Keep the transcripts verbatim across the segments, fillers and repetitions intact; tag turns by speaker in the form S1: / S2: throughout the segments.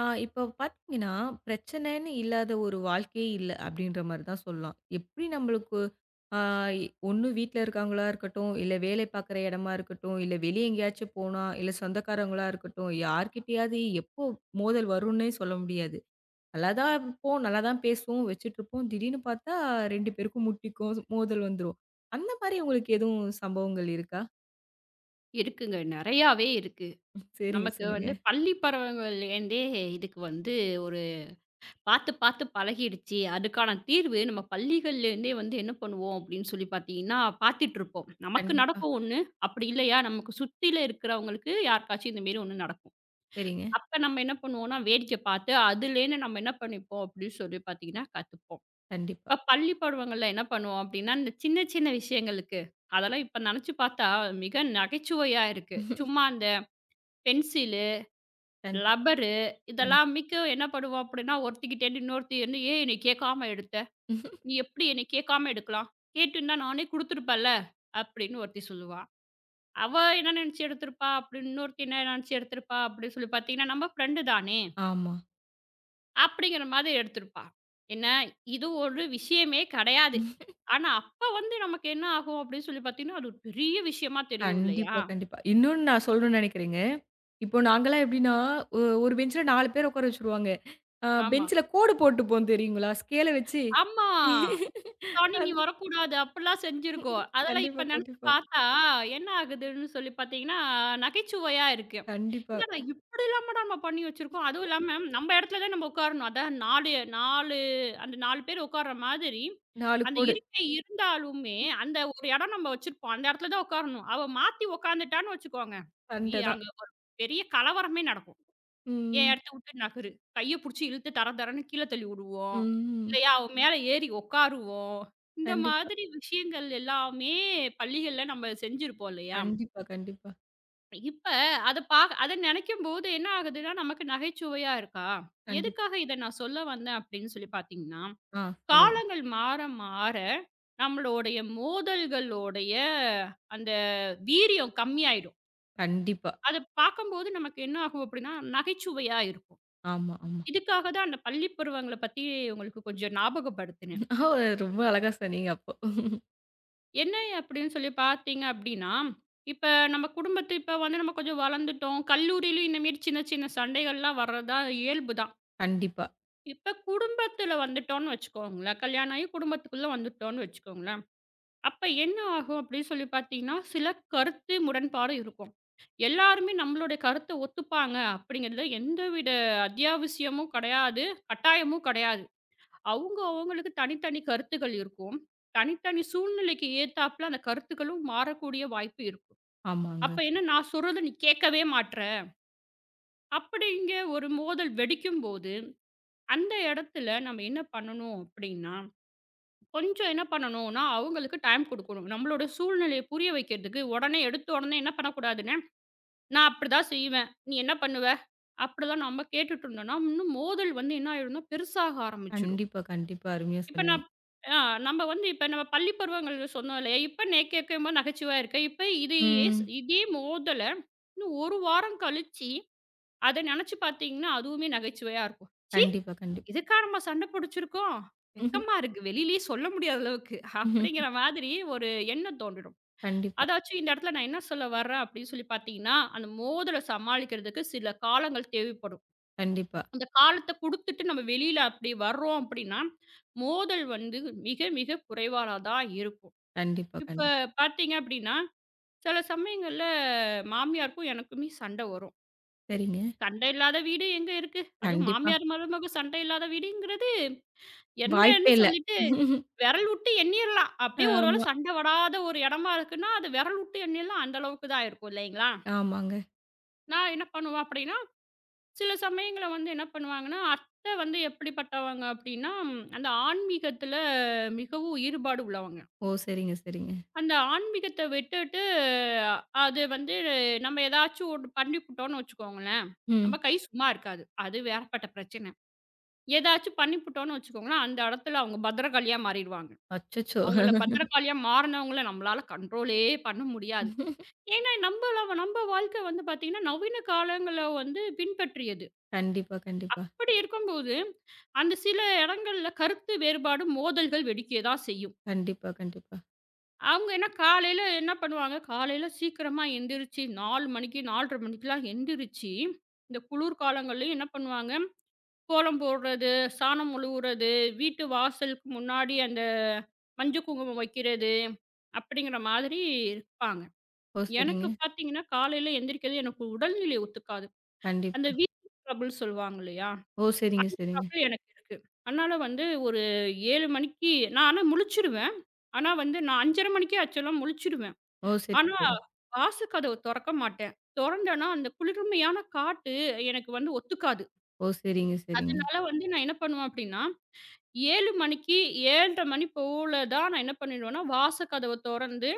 S1: ஆ இப்ப பார்த்தீங்கன்னா, பிரச்சனைன்னு இல்லாத ஒரு வாழ்க்கையே இல்ல அப்படின்ற மாரி தான் சொல்லலாம். எப்படி நம்மளுக்கு ஆ ஒண்ணு வீட்ல இருக்கவங்களா இருக்கட்டும், இல்ல வேலை பார்க்குற இடமா இருக்கட்டும், இல்ல வெளிய எங்கேயாச்சும் போனா, இல்ல சொந்தக்காரங்களா இருக்கட்டும், யார்கிட்டயாவது எப்போ மோதல் வரும்னே சொல்ல முடியாது. நல்லா தான் இருப்போம், நல்லா தான் பேசுவோம், வச்சுட்டுருப்போம். திடீர்னு பார்த்தா ரெண்டு பேருக்கும் முட்டிக்கும், மோதல் வந்துரும். அந்த மாரி உங்களுக்கு எதுவும் சம்பவங்கள் இருக்கா?
S2: இருக்குங்க. நெறையாவே இருக்கு.
S1: சரிங்க,
S2: நமக்கு
S1: சொல்லுங்க.
S2: வந்து பள்ளி பருவங்கள்லேருந்தே இதுக்கு வந்து ஒரு பார்த்து, பார்த்து பழகிடுச்சு. அதுக்கான தீர்வு நம்ம பள்ளிகள்லேருந்தே வந்து என்ன பண்ணுவோம் அப்படின்னு சொல்லி பார்த்தீங்கன்னா, பார்த்துட்டுருப்போம். நமக்கு
S1: கண்டிப்பா.
S2: நடக்கும் ஒண்ணு, அப்படி இல்லையா நமக்கு சுத்தில இருக்கிறவங்களுக்கு யாருக்காச்சும் இந்த மாரி ஒண்ணு நடக்கும்.
S1: சரிங்க.
S2: அப்ப நம்ம என்ன பண்ணுவோம்னா, வேடிக்கை பார்த்து அதுலேருந்து நம்ம என்ன பண்ணிப்போம் அப்படின்னு சொல்லி பார்த்தீங்கன்னா, கத்துப்போம்.
S1: கண்டிப்பா.
S2: இப்ப பள்ளி பருவங்கள்ல என்ன பண்ணுவோம் அப்படின்னா, இந்த சின்ன, சின்ன விஷயங்களுக்கு அதெல்லாம் இப்ப நெனச்சு பார்த்தா மிக நகைச்சுவையா இருக்கு. சும்மா அந்த பென்சில்
S1: கண்டிப்பா.
S2: ரப்பரு
S1: கண்
S2: இதெல்லாம் மிக்க என்ன பண்ணுவோம் அப்படின்னா, ஒருத்திக்கிட்டேருந்து இன்னொருத்தி வந்து, "ஏன் என்னைய கேட்காம எடுத்த? நீ எப்படி என்னைய கேட்காம எடுக்கலாம்? கேட்டிருந்தா நானே குடுத்துருப்பேன்ல!" அப்படின்னு ஒருத்தி சொல்லுவா. அவ என்ன நெனச்சு எடுத்திருப்பா? அப்படின்னு இன்னொருத்தி என்ன நெனச்சு எடுத்திருப்பா? அப்படின்னு சொல்லி பார்த்தீங்கன்னா, நம்ம ஃப்ரெண்டு தானே!
S1: ஆமா.
S2: அப்படிங்கிற மாதிரி எடுத்திருப்பா. என்ன, இது ஒரு விஷயமே கெடையாது. ஆனா, அப்ப வந்து நமக்கு என்ன ஆகும் அப்படின்னு சொல்லி பார்த்தீங்கன்னா, அது ஒரு பெரிய விஷயமா தெரியும் இல்லையா?
S1: கண்டிப்பா, கண்டிப்பா. இன்னொன்னு நான் சொல்லணும்னு நெனைக்கிறேங்க. இப்போ நாங்கலாம் எப்படின்னா, ஒ ஒரு பெஞ்ச்ல நாலு பேர் உட்கார வச்சுருவாங்க. அ
S2: ஆமா.
S1: பெஞ்ச்ல கோடு போட்டுப்போம் தெரியுங்களா? ஸ்கேல வச்சு.
S2: ஆமா. இப்ப தாண்டி நீ
S1: அந்த
S2: வரக்கூடாது. அப்படிலாம் செஞ்சிருக்கோம். அதெல்லாம் இப்ப
S1: கண்டிப்பா,
S2: நெனச்சு
S1: கண்டிப்பா.
S2: பார்த்தா, என்ன ஆகுதுன்னு சொல்லி பார்த்தீங்கன்னா, நகைச்சுவையா இருக்கு.
S1: கண்டிப்பா.
S2: என்னடா இப்படிலாமாடா நம்ம பண்ணி வச்சிருக்கோம். அதுவும் இல்லாம நம்ம இடத்துல தான் நம்ம உட்காரணும். அதான் 4 4 அந்த நாலு பேர் உட்கார்ற மாதிரி,
S1: நாலு
S2: அந்த
S1: கோடு.
S2: இருக்கை இருந்தாலுமே, அந்த ஒரு இடம் நம்ம வச்சிருப்போம். அந்த இடத்துல தான் உட்காரணும். அவ மாத்தி உட்காந்துட்டான்னு வச்சுக்கோங்க, வி
S1: சண்ட தான்.
S2: அங்க ஒரு பெரிய கலவரமே நடக்கும். என்
S1: ம்.
S2: இடத்த விட்டு நகரு. கைய புடிச்சு இழுத்து தர தரன்னு கீழ தள்ளி விடுவோம்.
S1: ம்.
S2: இல்லையா, அவன் மேல ஏறி உட்காருவோம். இந்த
S1: கண்டிப்பா.
S2: மாதிரி விஷயங்கள் எல்லாமே பள்ளிகள்ல நம்ம செஞ்சிருப்போம் இல்லையா?
S1: கண்டிப்பா, கண்டிப்பா.
S2: இப்ப அத பா அத நினைக்கும்போது என்ன ஆகுதுன்னா, நமக்கு நகைச்சுவையா இருக்கா?
S1: கண்டிப்பா.
S2: எதுக்காக இத நான் சொல்ல வந்தேன் அப்படின்னு சொல்லி பார்த்தீங்கன்னா,
S1: ஆ சொல்லுங்க.
S2: காலங்கள் மாற மாற நம்மளுடைய மோதல்களோடைய அந்த வீரியம் கம்மியாயிடும்.
S1: கண்டிப்பா.
S2: அத பார்க்கும்போது நமக்கு என்ன ஆகும் அப்படின்னா, நகைச்சுவையா இருக்கும்.
S1: ஆமா, ஆமா.
S2: இதுக்காக தான் அந்த பள்ளி பருவங்கள பத்தி உங்களுக்கு கொஞ்சம் ஞாபகப்படுத்தினேன்.
S1: ஓ! ரொம்ப அழகா சொன்னீங்க அப்போ.
S2: என்ன அப்படின்னு சொல்லி பார்த்தீங்க அப்படின்னா, இப்ப நம்ம குடும்பத்து இப்ப வந்து நம்ம கொஞ்சம் வளர்ந்துட்டோம். கல்லூரியிலும் இந்த மாரி சின்ன சின்ன சண்டைகள்லாம் வர்றதா இயல்பு தான்.
S1: கண்டிப்பா.
S2: இப்ப குடும்பத்துல வந்துட்டோம்னு வச்சுக்கோங்களேன். கல்யாணம் ஆகி குடும்பத்துக்குள்ள வந்துட்டோம்னு வச்சுக்கோங்களேன். அப்ப என்ன ஆகும் அப்படின்னு சொல்லி பார்த்தீங்கன்னா, சில கருத்து முரண்பாடு இருக்கும். எல்லாருமே நம்மளுடைய கருத்த ஒத்துப்பாங்க அப்படிங்கிறதுல எந்தவித அத்தியாவசியமும் கிடையாது, கட்டாயமும் கிடையாது. அவுங்க அவங்களுக்கு தனித்தனி கருத்துக்கள் இருக்கும். தனித்தனி சூழ்நிலைக்கு ஏத்தாப்ல அந்த கருத்துக்களும் மாறக்கூடிய வாய்ப்பு இருக்கும். அப்ப
S1: ஆமாங்க.
S2: என்ன நான் சொல்றத நீ கேட்கவே மாட்ற, அப்படிங்க ஒரு மோதல் வெடிக்கும்போது, அந்த இடத்துல நம்ம என்ன பண்ணணும் அப்படின்னா, கொஞ்சம் என்ன பண்ணணும்னா, அவங்களுக்கு டைம் குடுக்கணும். நம்மளோட சூழ்நிலைய புரிய வைக்கிறதுக்கு உடனே எடுத்த உடனே என்ன பண்ணக்கூடாதுன்னா, நான் அப்படிதான் செய்வேன். நீ என்ன பண்ணுவ? அப்படிதான் நம்ம கேட்டுட்டு இருந்தோம்னா, இன்னும் மோதல் வந்து என்ன ஆயிடும்னா பெருசாக ஆரம்பிச்சுடும்.
S1: கண்டிப்பா, கண்டிப்பா. அருமையா
S2: இப்ப
S1: சொன்னீங்க.
S2: நான் ஆ நம்ம வந்து இப்ப நம்ம பள்ளி பருவங்கள் சொன்னோம் இல்லையா? இப்ப நே கேட்கும்போது நகைச்சுவையா இருக்கு. இப்ப இதையே ஸ்
S1: ம்.
S2: இதே மோதல இன்னும் ஒரு வாரம் கழிச்சு, அத நெனச்சு பார்த்தீங்கன்னா, அதுவுமே நகைச்சுவையா இருக்கும். "ச்சீ!
S1: கண்டிப்பா, கண்டிப்பா.
S2: இதுக்கா நம்ம சண்ட பிடிச்சிருக்கோம்?
S1: ம்ஹ்ம்.
S2: வெக்கமா இருக்கு. வெளியிலயே சொல்ல முடியாத அளவுக்கு."
S1: ம்ஹ்ம்.
S2: அப்படிங்கிற மாதிரி ஒரு எண்ணம் தோன்றிடும்.
S1: கண்டிப்பா,
S2: அதாச்சும் இந்த இடத்துல நான் என்ன சொல்ல வர்றேன் அப்படின்னு சொல்லி பார்த்தீங்கன்னா, அந்த மோதல சமாளிக்கிறதுக்கு சில காலங்கள் தேவைப்படும்.
S1: கண்டிப்பா,
S2: அந்த காலத்த குடுத்துட்டு நம்ம வெளியில அப்படி வர்றோம் அப்படின்னா, மோதல் வந்து மிக மிக குறைவால தான் இருக்கும்.
S1: கண்டிப்பா,
S2: இப்ப
S1: கண்டிப்பா.
S2: பார்த்தீங்க அப்படின்னா, சில சமயங்கள்ல மாமியாருக்கும் எனக்குமே சண்டை வரும்.
S1: சரிங்க.
S2: சண்டை இல்லாத வீடு எங்க இருக்கு? அதுவும்
S1: கண்டிப்பா.
S2: மாமியார் மருமக சண்டை இல்லாத வீடுங்கிறது என்னன்னு
S1: வாய்ப்பே இல்ல.
S2: சொல்லிட்டு விரல் விட்டு எண்ணிரலாம். அப்படியே ஒரு வேளை
S1: ஆமா,
S2: சண்டை வராத ஒரு இடமா இருக்குன்னா, அது விரல் விட்டு எண்ணிரலாம். அந்த அளவுக்கு தான் இருக்கும் இல்லைங்களா?
S1: ஆமாங்க.
S2: நான் என்ன பண்ணுவேன் அப்படின்னா சில சமயங்கள்ல வந்து என்ன பண்ணுவாங்கன்னா, அத்தை வந்து எப்படிப்பட்டவங்க அப்படின்னா, ம், அந்த ஆன்மீகத்தில மிகவும் ஈடுபாடு உள்ளவங்க.
S1: ஓ! சரிங்க, சரிங்க.
S2: அந்த ஆன்மீகத்த விட்டுட்டு, அஹ், அது வந்து நம்ம ஏதாச்சும் ஒண்ணு பண்ணிப்புட்டோம்னு வச்சுக்கோங்களேன், நம்ம
S1: ம்.
S2: கை சும்மா இருக்காது. அது வேறப்பட்ட பிரச்சனை. ஏதாச்சும் பண்ணிப்புட்டோம்னு வச்சுக்கோங்களேன், அந்த இடத்துல அவங்க பத்திரகாளியா மாறிடுவாங்க.
S1: அச்சச்சோ!
S2: அவங்கள பத்திரகாளியா மாறினவங்கள நம்மளால கண்ட்ரோலே பண்ண முடியாது. ஏன்னா, நம்பள நம்ம வாழ்க்கை வந்து பார்த்தீங்கன்னா, நவீன காலங்கள வந்து பின்பற்றியது.
S1: கண்டிப்பா, கண்டிப்பா,
S2: அப்படி இருக்கும்போது, அந்த சில இடங்கள்ல கருத்து வேறுபாடு, மோதல்கள் வெடிக்க தான் செய்யும்.
S1: கண்டிப்பா, கண்டிப்பா.
S2: அவங்க என்ன காலையில என்ன பண்ணுவாங்க, காலையில சீக்கிரமா எந்திரிச்சு நாலு மணிக்கு, நாலரை மணிக்கெல்லாம் எந்திரிச்சு, இந்த குளிர் காலங்கள்லயும் என்ன பண்ணுவாங்க, கோலம் போடுறது, சாணம் மொழுவுறது, வீட்டு வாசலுக்கு முன்னாடி அந்த மஞ்சள் குங்குமம் வைக்கிறது, அப்படிங்கிற மாதிரி இருப்பாங்க.
S1: ஓ! சரிங்க.
S2: எனக்கு பார்த்தீங்கன்னா, காலையில எந்திரிக்கிறது எனக்கு உடல்நிலை ஒத்துக்காது. அந்த
S1: கண்டிப்பா.
S2: வீட்டு ட்ரபிள் சொல்லுவாங்க இல்லையா?
S1: ஓ! சரிங்க,
S2: அந்த
S1: சரிங்க.
S2: ப்ராப்ளம் எனக்கு இருக்கு. அதனால வந்து ஒரு ஏழு மணிக்கு நான் ஆனா முழிச்சிருவேன். ஆனா வந்து நான் ஐந்தரை மணிக்கே ஆக்சுவலா முழிச்சிருவேன்.
S1: ஓ! சரி,
S2: ஆனா
S1: சரி.
S2: வாச கதவு தொறக்க மாட்டேன். தொறந்தேன்னா, அந்த குளிர்மையான காத்து எனக்கு வந்து ஒத்துக்காது.
S1: ஓ! சரிங்க, சரிங்க,
S2: அதனால வந்து நான் என்ன பண்ணுவேன் அப்டின்னா, ஏழு மணிக்கு ஏழு முப்பது மணி போல தான் நான் என்ன பண்ணிடுவேன்னா, வாச கதவ தொறந்து,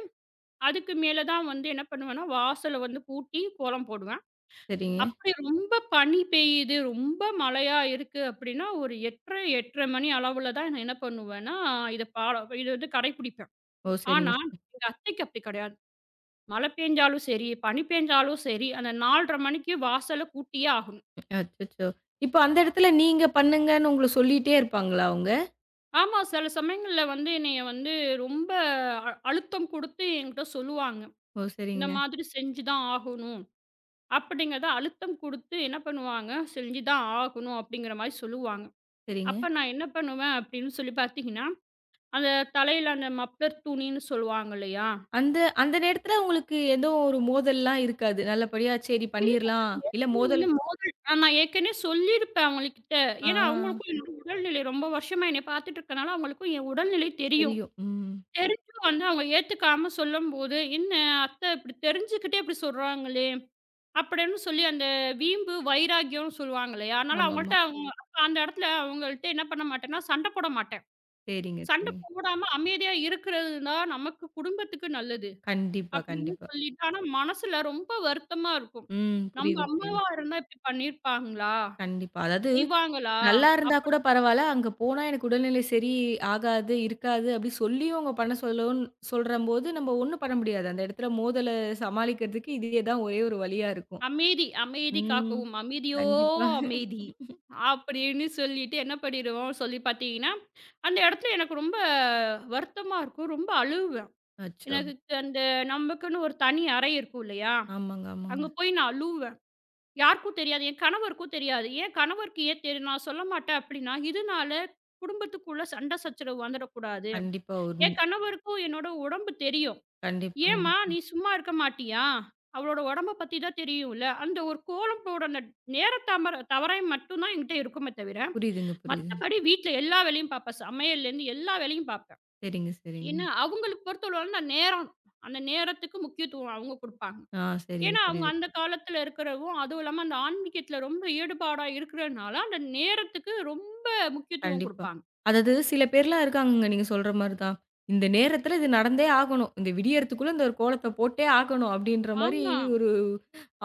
S2: அதுக்கு மேல தான் வந்து என்ன பண்ணுவேன்னா, வாசல வந்து பூட்டி கோலம் போடுவேன்.
S1: சரிங்க.
S2: அப்படி ரொம்ப பனி பெய்யுது, ரொம்ப மழையா இருக்கு அப்படின்னா, ஒரு 8:30, எட்டரை மணி அளவுல தான் நான் என்ன பண்ணுவேன்னா, இத பாலோ இத வந்து கடைப்பிடிப்பேன்.
S1: ஓ!
S2: ஆனா,
S1: சரிங்க.
S2: எங்க அத்தைக்கு அப்படி கிடையாது. மழை பெஞ்சாலும் சரி, பனி பெஞ்சாலும் சரி, அந்த நாலரை மணிக்கு வாசல கூட்டியே ஆகணும்.
S1: அச்சச்சோ! இப்ப அந்த இடத்துல நீங்க பண்ணுங்கன்னு உங்கள சொல்லிட்டே இருப்பாங்களா அவங்க?
S2: ஆமா, சில சமயங்கள்ல வந்து என்னைய வந்து ரொம்ப அ அழுத்தம் குடுத்து என்கிட்ட சொல்லுவாங்க.
S1: ஓ!
S2: இந்த
S1: சரிங்க,
S2: மாதிரி செஞ்சு தான் ஆகணும் அப்படிங்கிறத அழுத்தம் குடுத்து என்ன பண்ணுவாங்க, செஞ்சு தான் ஆகணும் அப்படிங்கிற மாரி சொல்லுவாங்க.
S1: சரிங்க.
S2: அப்ப நான் என்ன பண்ணுவேன் அப்படின்னு சொல்லி பார்த்தீங்கன்னா அந்த தலையில அந்த மப்ளர் துணின்னு சொல்லுவாங்க இல்லையா?
S1: அந்த அந்த நேரத்துல உங்களுக்கு ஏதோ ஒரு மோதல்லாம் இருக்காது. நல்லபடியா சரி
S2: இல்ல
S1: பண்ணிர்லாம். இல்ல மோதல்
S2: வந்து மோ ஆ, நான் ஏற்கனவே சொல்லியிருப்பேன் அவங்கள்கிட்ட.
S1: ஆ
S2: ஏன்னா அவங்களுக்கும் என்னோட உடல்நிலை ரொம்ப வருஷமா என்னைய பார்த்துட்டு இருக்கனால, அவங்களுக்கும் என் உடல்நிலை தெரியும்.
S1: தெரியும். ம்.
S2: தெரிஞ்சும் வந்து அவங்க ஏத்துக்காம சொல்லும்போது, "என்ன அத்தை இப்படி தெரிஞ்சுக்கிட்டே இப்படி சொல்றாங்களே!" அப்படின்னு சொல்லி அந்த வீம்பு, வைராக்கியம்னு சொல்லுவாங்க இல்லையா? அதனால
S1: ஆமாமா.
S2: அவங்கள்ட்ட அவங்க அப்ப அந்த இடத்துல அவங்கள்ட்ட என்ன பண்ண மாட்டேன்னா, சண்டை போட மாட்டேன்.
S1: சரிங்க,
S2: சண்டை
S1: சரிங்க.
S2: போடாம அமைதியா இருக்கிறது தான் நமக்கு குடும்பத்துக்கு நல்லது.
S1: கண்டிப்பா,
S2: அப்படின்னு
S1: கண்டிப்பா.
S2: சொல்லிட்டு ஆனா மனசுல ரொம்ப வருத்தமா இருக்கும்.
S1: ம்.
S2: நம்ம
S1: புரியுது, புரியுது.
S2: அம்மாவா இருந்தா இப்படி பண்ணியிருப்பாங்களா?
S1: கண்டிப்பா. அதாவது
S2: செய்வாங்களா?
S1: நல்லா இருந்தா
S2: அப்படி
S1: கூட பரவால்ல. அங்க போனா எனக்கு உடல்நிலை சரி ஆகாது, இருக்காது அப்படி சொல்லியும் அவங்க பண்ண சொல்லவுன் சொல்றம்போது நம்ம ஒண்ணும் பண்ண முடியாது. அந்த இடத்துல மோதல சமாளிக்கிறதுக்கு இதே தான் ஒரே ஒரு வழியா இருக்கும்.
S2: அமைதி, அமைதி
S1: ம்.
S2: காக்கவும் அமைதியோ
S1: கண்டிப்பா.
S2: அமைதி. அப்படின்னு சொல்லிட்டு என்ன பண்ணிடுவோம் சொல்லி பார்த்தீங்கன்னா, அந்த இடத்துல எனக்கு ரொம்ப வருத்தமா இருக்கும். ரொம்ப அழுவேன்.
S1: அச்சோ!
S2: எனக்கு அந்த நமக்குன்னு ஒரு தனி அறை இருக்கும் இல்லையா?
S1: ஆமாங்க, ஆமாங்க.
S2: அங்க போய் நான் அழுவேன். யாருக்கும் தெரியாது. என் கணவருக்கும் தெரியாது. என் கணவருக்கு ஏன் தெரியும்? நான் சொல்ல மாட்டேன் அப்படின்னா, இதனால குடும்பத்துக்குள்ள சண்டை சச்சரவு வந்துடக்கூடாது.
S1: கண்டிப்பா. ஒரு
S2: என் கணவருக்கும் என்னோட உடம்பு தெரியும்.
S1: கண்டிப்பா,
S2: "ஏம்மா
S1: கண்டிப்பா.
S2: நீ சும்மா இருக்க மாட்டியா? அவளோட உடம்ப பத்தி தான் தெரியும்ல." அந்த ஒரு கோலம்போட அந்த நேரத் தாமர தவறை மட்டும் தான் என்கிட்ட இருக்குமே தவிர,
S1: புரியுதுங்க, புரியுது.
S2: மத்தபடி வீட்ல எல்லா வேலையும் பார்ப்பேன். சமையல்லேருந்து எல்லா வேலையும் பார்ப்பேன்.
S1: சரிங்க, சரிங்க.
S2: ஏன்னா, அவங்களுக்கு பொறுத்தளவு அந்த நேரம், அந்த நேரத்துக்கு முக்கியத்துவம் அவங்க குடுப்பாங்க.
S1: ஆ சரிங்க.
S2: ஏன்னா, அவங்க
S1: புரியுது.
S2: அந்த காலத்துல இருக்கிறவும், அதுவும் இல்லாம அந்த ஆன்மீகத்துல ரொம்ப ஈடுபாடா இருக்கிறனால, அந்த நேரத்துக்கு ரொம்ப முக்கியத்துவம்
S1: கண்டிப்பா.
S2: குடுப்பாங்க.
S1: அதாவது சில பேர்லாம் இருக்காங்கங்க நீங்க சொல்ற மாரி தான். இந்த நேரத்தில இது நடந்தே ஆகணும். இந்த விடியறதுக்குள்ள இந்த ஒரு கோலத்த போட்டே ஆகணும் அப்படின்ற மாரி
S2: ஆமா.
S1: ஒரு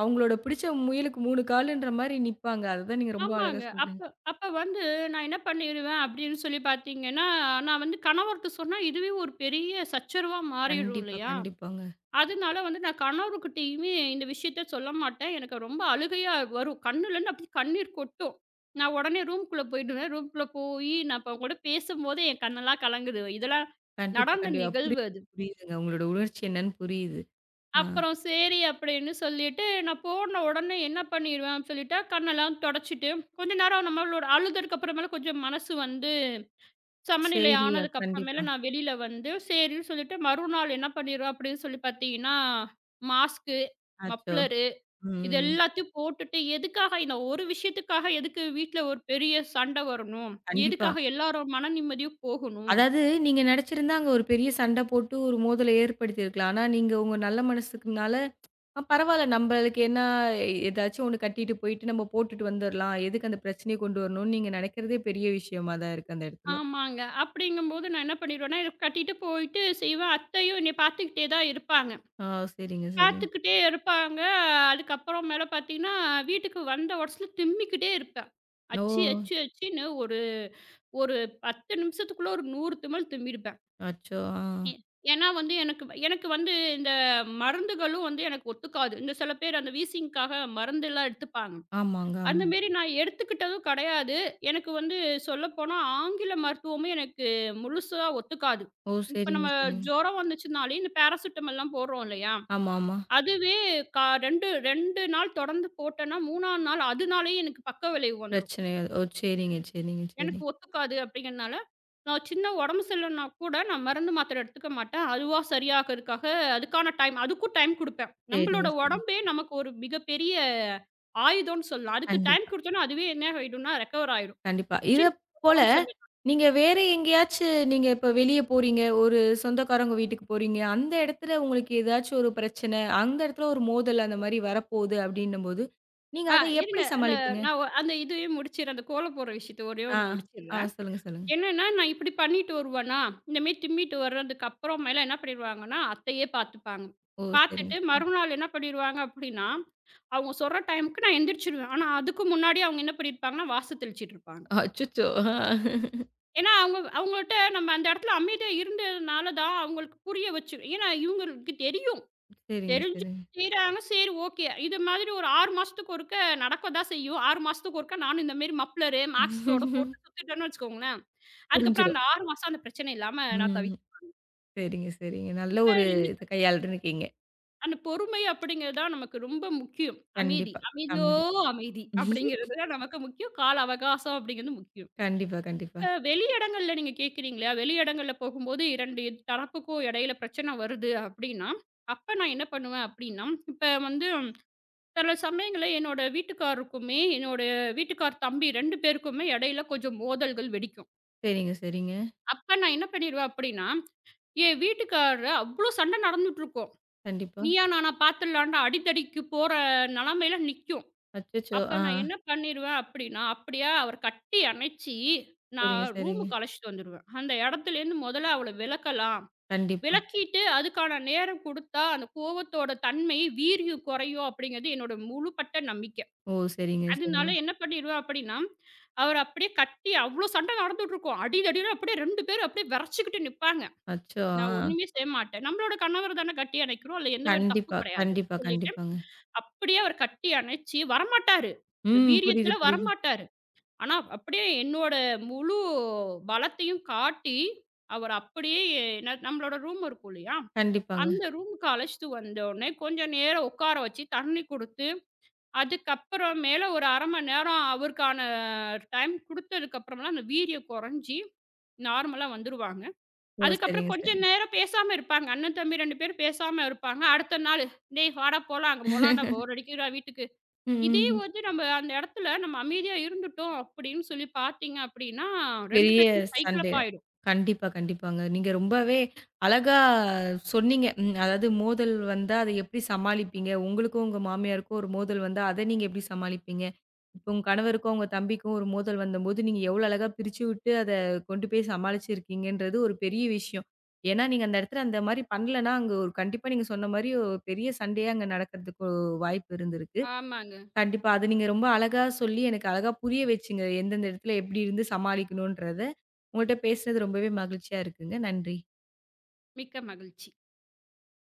S1: அவங்களோட பிடிச்ச முயலுக்கு மூணு காலுன்ற மாரி நிப்பாங்க. அததான் நீங்க ரொம்ப அழகா
S2: ஆமாங்க. அப்ப
S1: சொல்றீங்க.
S2: அப்ப வந்து நான் என்ன பண்ணிருவேன் அப்படின்னு சொல்லி பார்த்தீங்கன்னா, நான் வந்து கணவர்ட்ட சொன்னா இதுவே ஒரு பெரிய சச்சரவா மாறிடும்
S1: கண்டிப்பா,
S2: இல்லையா?
S1: கண்டிப்பாங்க.
S2: அதனால வந்து நான் கணவர்கிட்டயுமே இந்த விஷயத்த சொல்ல மாட்டேன். எனக்கு ரொம்ப அழுகையா வரும். கண்ணுலருந்து அப்படியே கண்ணீர் கொட்டும். நான் உடனே ரூம்க்குள்ள போயிடுவேன். ரூம்க்குள்ள போயி நான் இப்ப உங்க கூட பேசும்போதே என் கண்ணெல்லாம் கலங்குது. இதெல்லாம்
S1: கண்டிப்பா,
S2: நடந்த
S1: கண்டிப்பா. புரி
S2: நிகழ்வு அது.
S1: புரியுதுங்க. உங்களோட உணர்ச்சி என்னன்னு புரியுது. ஆ
S2: அப்புறம் சரி அப்படின்னு சொல்லிட்டு, நான் போன உடனே என்ன பண்ணிருவேன் சொல்லிட்டா, கண்ணெல்லாம் தொடச்சிட்டு, கொஞ்ச நேரம் நம்மளோட அழுததுக்கு அப்புறமேல கொஞ்சம் மனசு வந்து சமநிலை
S1: சரி.
S2: ஆனதுக்கு அப்புறமேல
S1: கண்டிப்பா.
S2: நான் வெளியில வந்து, சரின்னு சொல்லிட்டு மறுநாள் என்ன பண்ணிருவேன் அப்படின்னு சொல்லி பார்த்தீங்கன்னா, மாஸ்க்கு,
S1: அச்சோ!
S2: மப்ளரு இது
S1: ம்.
S2: எல்லாத்தையும் போட்டுட்டு, எதுக்காக இந்த ஒரு விஷயத்துக்காக எதுக்கு வீட்ல ஒரு பெரிய சண்டை வரணும்?
S1: கண்டிப்பா.
S2: எதுக்காக எல்லாரோட மன நிம்மதியும் போகணும்?
S1: அதாவது நீங்க நெனச்சிருந்தா, அங்க ஒரு பெரிய சண்ட போட்டு ஒரு மோதல ஏற்படுத்தியிருக்கலாம். ஆனா, நீங்க உங்க நல்ல மனசுக்குனால, "அ பரவால்ல நம்மளுக்கு என்ன ஏதாச்சும் ஒண்ணு கட்டிட்டு போயிட்டு நம்ம போட்டுட்டு வந்துரலாம். எதுக்கு அந்த பிரச்சனைய கொண்டு வரணும்னு" நீங்க நெனைக்கிறதே பெரிய விஷயமா தான் இருக்கு அந்த இடத்துல.
S2: ஆமாங்க. அப்படிங்கும்போது நான் என்ன பண்ணிருவேன்னா, இத கட்டிட்டு போயிட்டு செய்வேன். அத்தையும் என்னைய பார்த்துக்கிட்டே தான் இருப்பாங்க.
S1: ஆ சரிங்க, சரிங்க.
S2: பார்த்துக்கிட்டே இருப்பாங்க. அதுக்கப்புறம் மேல பார்த்தீங்கன்னா, வீட்டுக்கு வந்த ஒடஸ்ல திம்பிக்கிட்டே இருப்பேன்.
S1: ஓ!
S2: அச்சி, அச்சி, அச்சின்னு ஒரு ஒரு பத்து நிமிஷத்துக்குள்ள ஒரு நூறு திமில் திம்பிருப்பேன்.
S1: அச்சோ! ஆ.
S2: ஏ ஏன்னா வந்து எனக்கு வ- எனக்கு வந்து இந்த மருந்துகளும் வந்து எனக்கு ஒத்துக்காது. இந்த சில பேர் அந்த வீசிங்க்காக மருந்தெல்லாம் எடுத்துப்பாங்க.
S1: ஆமாங்க,
S2: அந்த
S1: ஆமாங்க.
S2: மாரி நான் எடுத்துக்கிட்டதும் கிடையாது. எனக்கு வந்து சொல்லப்போனா ஆங்கில மருத்துவமே எனக்கு முழுசா ஒத்துக்காது.
S1: ஓ!
S2: இப்ப
S1: சரிங்க,
S2: நம்ம
S1: சரிங்க.
S2: ஜுரம் வந்துச்சுனாலே இந்த பேராசிட்டமால்லாம் போடுறோம் இல்லையா?
S1: ஆமா, ஆமா.
S2: அதுவே கா 2 2 நாள் தொடர்ந்து போட்டேன்னா, மூணாவது நாள் அதுனாலேயே எனக்கு பக்க விளைவு வந்துரும்.
S1: பிரச்சனை. ஓ! சரிங்க, சரிங்க, சரி.
S2: எனக்கு ஒத்துக்காது அப்படிங்கிறனால, நான் சின்ன உடம்பு சரியில்லன்னா கூட நான் மருந்து மாத்திரை எடுத்துக்க மாட்டேன். அதுவா சரியாகறதுக்காக அதுக்கான டைம் அதுக்கும் டைம் குடுப்பேன்.
S1: சரிங்க,
S2: நம்மளோட
S1: சரிங்க.
S2: உடம்பே நமக்கு ஒரு மிகப்பெரிய ஆயுதம்னு சொல்லலாம். அதுக்கு டைம்
S1: கண்டிப்பா.
S2: குடுத்தோம்னா, அதுவே என்ன ஆயிடும்னா ரெக்கவர் ஆயிடும்.
S1: கண்டிப்பா. இத
S2: சின்ன
S1: போல
S2: உடம்பு சரியில்ல
S1: நீங்க வேற எங்கேயாச்சு நீங்க இப்ப வெளிய போறீங்க, ஒரு சொந்தக்காரவங்க வீட்டுக்கு போறீங்க. அந்த இடத்துல உங்களுக்கு ஏதாச்சும் ஒரு பிரச்சனை, அந்த இடத்துல ஒரு மோதல் அந்த மாரி வரப்போகுது அப்படின்னும்போது, நீங்க
S2: ஆ
S1: அத
S2: இருங்க.
S1: எப்படி
S2: அந்த
S1: சமாளிப்பீங்க?
S2: நான் ஒ- அந்த இதையும் முடிச்சிடுறேன். அந்த கோலம் போடுற விஷயத்த ஒரே
S1: ஆ,
S2: ஒண்ணு
S1: ஆ
S2: முடிச்சிடுறேன்.
S1: சொல்லுங்க, சொல்லுங்க.
S2: என்னன்னா, நான் இப்படி பண்ணிட்டு வருவேனா, இந்த மாரி தின்பிட்டு வர்றதுக்கு அப்புறமேல என்ன பண்ணிருவாங்கன்னா, அத்தையே பார்த்துப்பாங்க.
S1: ஓ!
S2: பார்த்துட்டு
S1: சரிங்க.
S2: மறுநாள் என்ன பண்ணிருவாங்க அப்படின்னா, அவங்க சொல்ற டைமுக்கு நான் எந்திரிச்சுருவேன். ஆனா, அதுக்கு முன்னாடி அவங்க என்ன பண்ணியிருப்பாங்கன்னா, வாச தெளிச்சிட்டு இருப்பாங்க.
S1: அச்சச்சோ! ஆ.
S2: ஏன்னா, அவங்க அவங்கள்ட்ட நம்ம அந்த இடத்துல அமைதியா இருந்ததுனால தான் அவங்களுக்கு புரிய வச்சு ஏன்னா இவங்களுக்கு தெரியும்.
S1: சரிங்க,
S2: தெரிஞ்சு
S1: சரிங்க.
S2: செய்றாங்க. சரி, ஓகே. இது மாதிரி ஒரு ஆறு மாசத்துக்கு ஒருக்க நடக்க தான் செய்யும். ஆறு மாசத்துக்கு ஒருக்க நானும் இந்த மாரி மப்ளரு, மாஸ்க்கோட போட்டு சுத்திட்டேன்னு வச்சுக்கோங்களேன். அதுக்கப்புறம்
S1: புரிஞ்சிரும்.
S2: அந்த ஆறு மாசம் அந்த பிரச்சனை இல்லாம நான்
S1: ம்.
S2: தவிர்த்துருவேன்.
S1: சரிங்க, சரிங்க. நல்ல
S2: இப்ப
S1: ஒரு
S2: நீங்க
S1: இத
S2: சொன்ன
S1: கையாண்டுருக்கீங்க.
S2: அந்த பொறுமை அப்படிங்கிறது தான் நமக்கு ரொம்ப முக்கியம். அமைதி.
S1: கண்டிப்பா.
S2: அமைதியோ
S1: காமெடி.
S2: அமைதி அப்படிங்கிறது தான் நமக்கு முக்கியம். கால அவகாசம் அப்படிங்கிறது முக்கியம்.
S1: கண்டிப்பா, கண்டிப்பா.
S2: இப்ப வெளி இடங்கள்ல நீங்க கேட்கிறீங்களா? வெளி இடங்கள்ல போகும்போது இரண்டு தரப்புக்கும் இடையில பிரச்சனை வருது அப்படின்னா, அப்ப நான் என்ன பண்ணுவேன் அப்படின்னா, இப்ப வந்து சில சமயங்கள்ல என்னோட வீட்டுக்காரருக்குமே, என்னோட வீட்டுக்கார் தம்பி ரெண்டு பேருக்குமே இடையில கொஞ்சம் மோதல்கள் வெடிக்கும்.
S1: சரிங்க, சரிங்க.
S2: அப்ப நான் என்ன பண்ணிருவேன் அப்படின்னா, என் வீட்டுக்காரர் அவ்ளோ சண்டை நடந்துட்டுருக்கும்.
S1: கண்டிப்பா.
S2: நீயா நானா பாத்துடலான்ட்டு அடிதடிக்கு போற நிலைமையில நிக்கும்.
S1: அச்சச்சோ!
S2: அப்ப
S1: ஆ.
S2: நான் என்ன பண்ணிருவேன் அப்டின்னா, அப்டியே அவர கட்டி அணைச்சு, நான்
S1: சரிங்க, சரிங்க.
S2: ரூமுக்கு அழைச்சுட்டு வந்துருவேன். அந்த இடத்துலேருந்து முதல்ல அவள விலக்கலாம்.
S1: கண்டிப்பா.
S2: விலக்கிட்டு அதுக்கான நேரம் குடுத்தா, அந்த கோவத்தோட தன்மை, வீரியம் குறையும் அப்டிங்கிறது என்னோட முழுப்பட்ட நம்பிக்கை.
S1: ஓ! சரிங்க,
S2: அதனால
S1: சரிங்க.
S2: என்ன பண்ணிருவேன் அப்டின்னா, அவர அப்டியே கட்டி அவ்ளோ சண்டை நடந்துட்டுருக்கும். அடிதடின்னு அப்டியே ரெண்டு பேரும் அப்டியே விரச்சுக்கிட்டு நிப்பாங்க.
S1: அச்சோ!
S2: நான்
S1: ஆ.
S2: ஒண்ணுமே செய்ய மாட்டேன். நம்மளோட கணவர் தானே கட்டி அணைக்கிறோம். அதுல எந்த ஒரு
S1: கண்டிப்பா,
S2: தப்பும் கிடையாது
S1: கண்டிப்பா,
S2: சொல்லிட்டு
S1: கண்டிப்பாங்க.
S2: அப்படியே அவர் கட்டி அணைச்சு வரமாட்டாரு. இந்த
S1: ம். புரியுது,
S2: வீரியத்துல
S1: புரியுது.
S2: வரமாட்டாரு. ஆனா, அப்படியே என்னோட முழு பலத்தையும் காட்டி, அவர் அப்படியே ந நம்மளோட ரூம் இருக்கும் இல்லையா?
S1: கண்டிப்பாங்க.
S2: அந்த ரூமுக்கு அழைச்சிட்டு வந்தோனே, கொஞ்சம் நேரம் உட்கார வச்சு, தண்ணி குடுத்து, அதுக்கப்புறம் மேல ஒரு அரை மணி நேரம் அவருக்கான டைம் குடுத்ததுக்கப்புறம் தான் அந்த வீரியம் குறைஞ்சு, நார்மலா வந்துருவாங்க.
S1: ஓ!
S2: அதுக்கப்புறம்
S1: சரிங்க,
S2: கொஞ்சம்
S1: சரிங்க.
S2: நேரம் பேசாம இருப்பாங்க. அண்ணன், தம்பி ரெண்டு பேரும் பேசாம இருப்பாங்க. அடுத்த நாளு, "டேய் வாடா போலாம், அங்க போலாம். நான் போர் அடிக்குதுடா வீட்டுக்கு". இதே
S1: ம்.
S2: வந்து நம்ம அந்த இடத்துல நம்ம அமைதியா இருந்துட்டோம் அப்படின்னு சொல்லி பார்த்தீங்க அப்படின்னா, ரெண்டு
S1: பெரிய
S2: பேருக்குமே
S1: சண்டை.
S2: சைக்கிளப் ஆயிடும்.
S1: கண்டிப்பா, கண்டிப்பாங்க. நீங்க ரொம்பவே அழகா சொன்னீங்க. ம் அதாவது மோதல் வந்தா அத எப்படி சமாளிப்பீங்க? உங்களுக்கும் உங்க மாமியாருக்கும் ஒரு மோதல் வந்தா, அத நீங்க எப்படி சமாளிப்பீங்க? இப்போ உங்க கணவருக்கும், உங்க தம்பிக்கும் ஒரு மோதல் வந்தபோது, நீங்க எவ்வளோ அழகா பிரிச்சு விட்டு அத கொண்டு போய் சமாளிச்சிருக்கீங்கன்றது ஒரு பெரிய விஷயம். ஏன்னா, நீங்க அந்த இடத்துல அந்த மாரி பண்ணலன்னா, அங்க ஒரு கண்டிப்பா நீங்க சொன்ன மாரி ஒரு பெரிய சண்டையா அங்க நடக்கிறதுக்கு வாய்ப்பு இருந்திருக்கு.
S2: ஆமாங்க.
S1: கண்டிப்பா. அது நீங்க ரொம்ப அழகா சொல்லி, எனக்கு அழகா புரிய வச்சீங்க. எந்தெந்த இடத்துல எப்டி இருந்து சமாளிக்கணுன்றத. உங்கள்ட்ட பேசுனது ரொம்பவே மகிழ்ச்சியா இருக்குங்க. நன்றி.
S2: மிக்க மகிழ்ச்சி.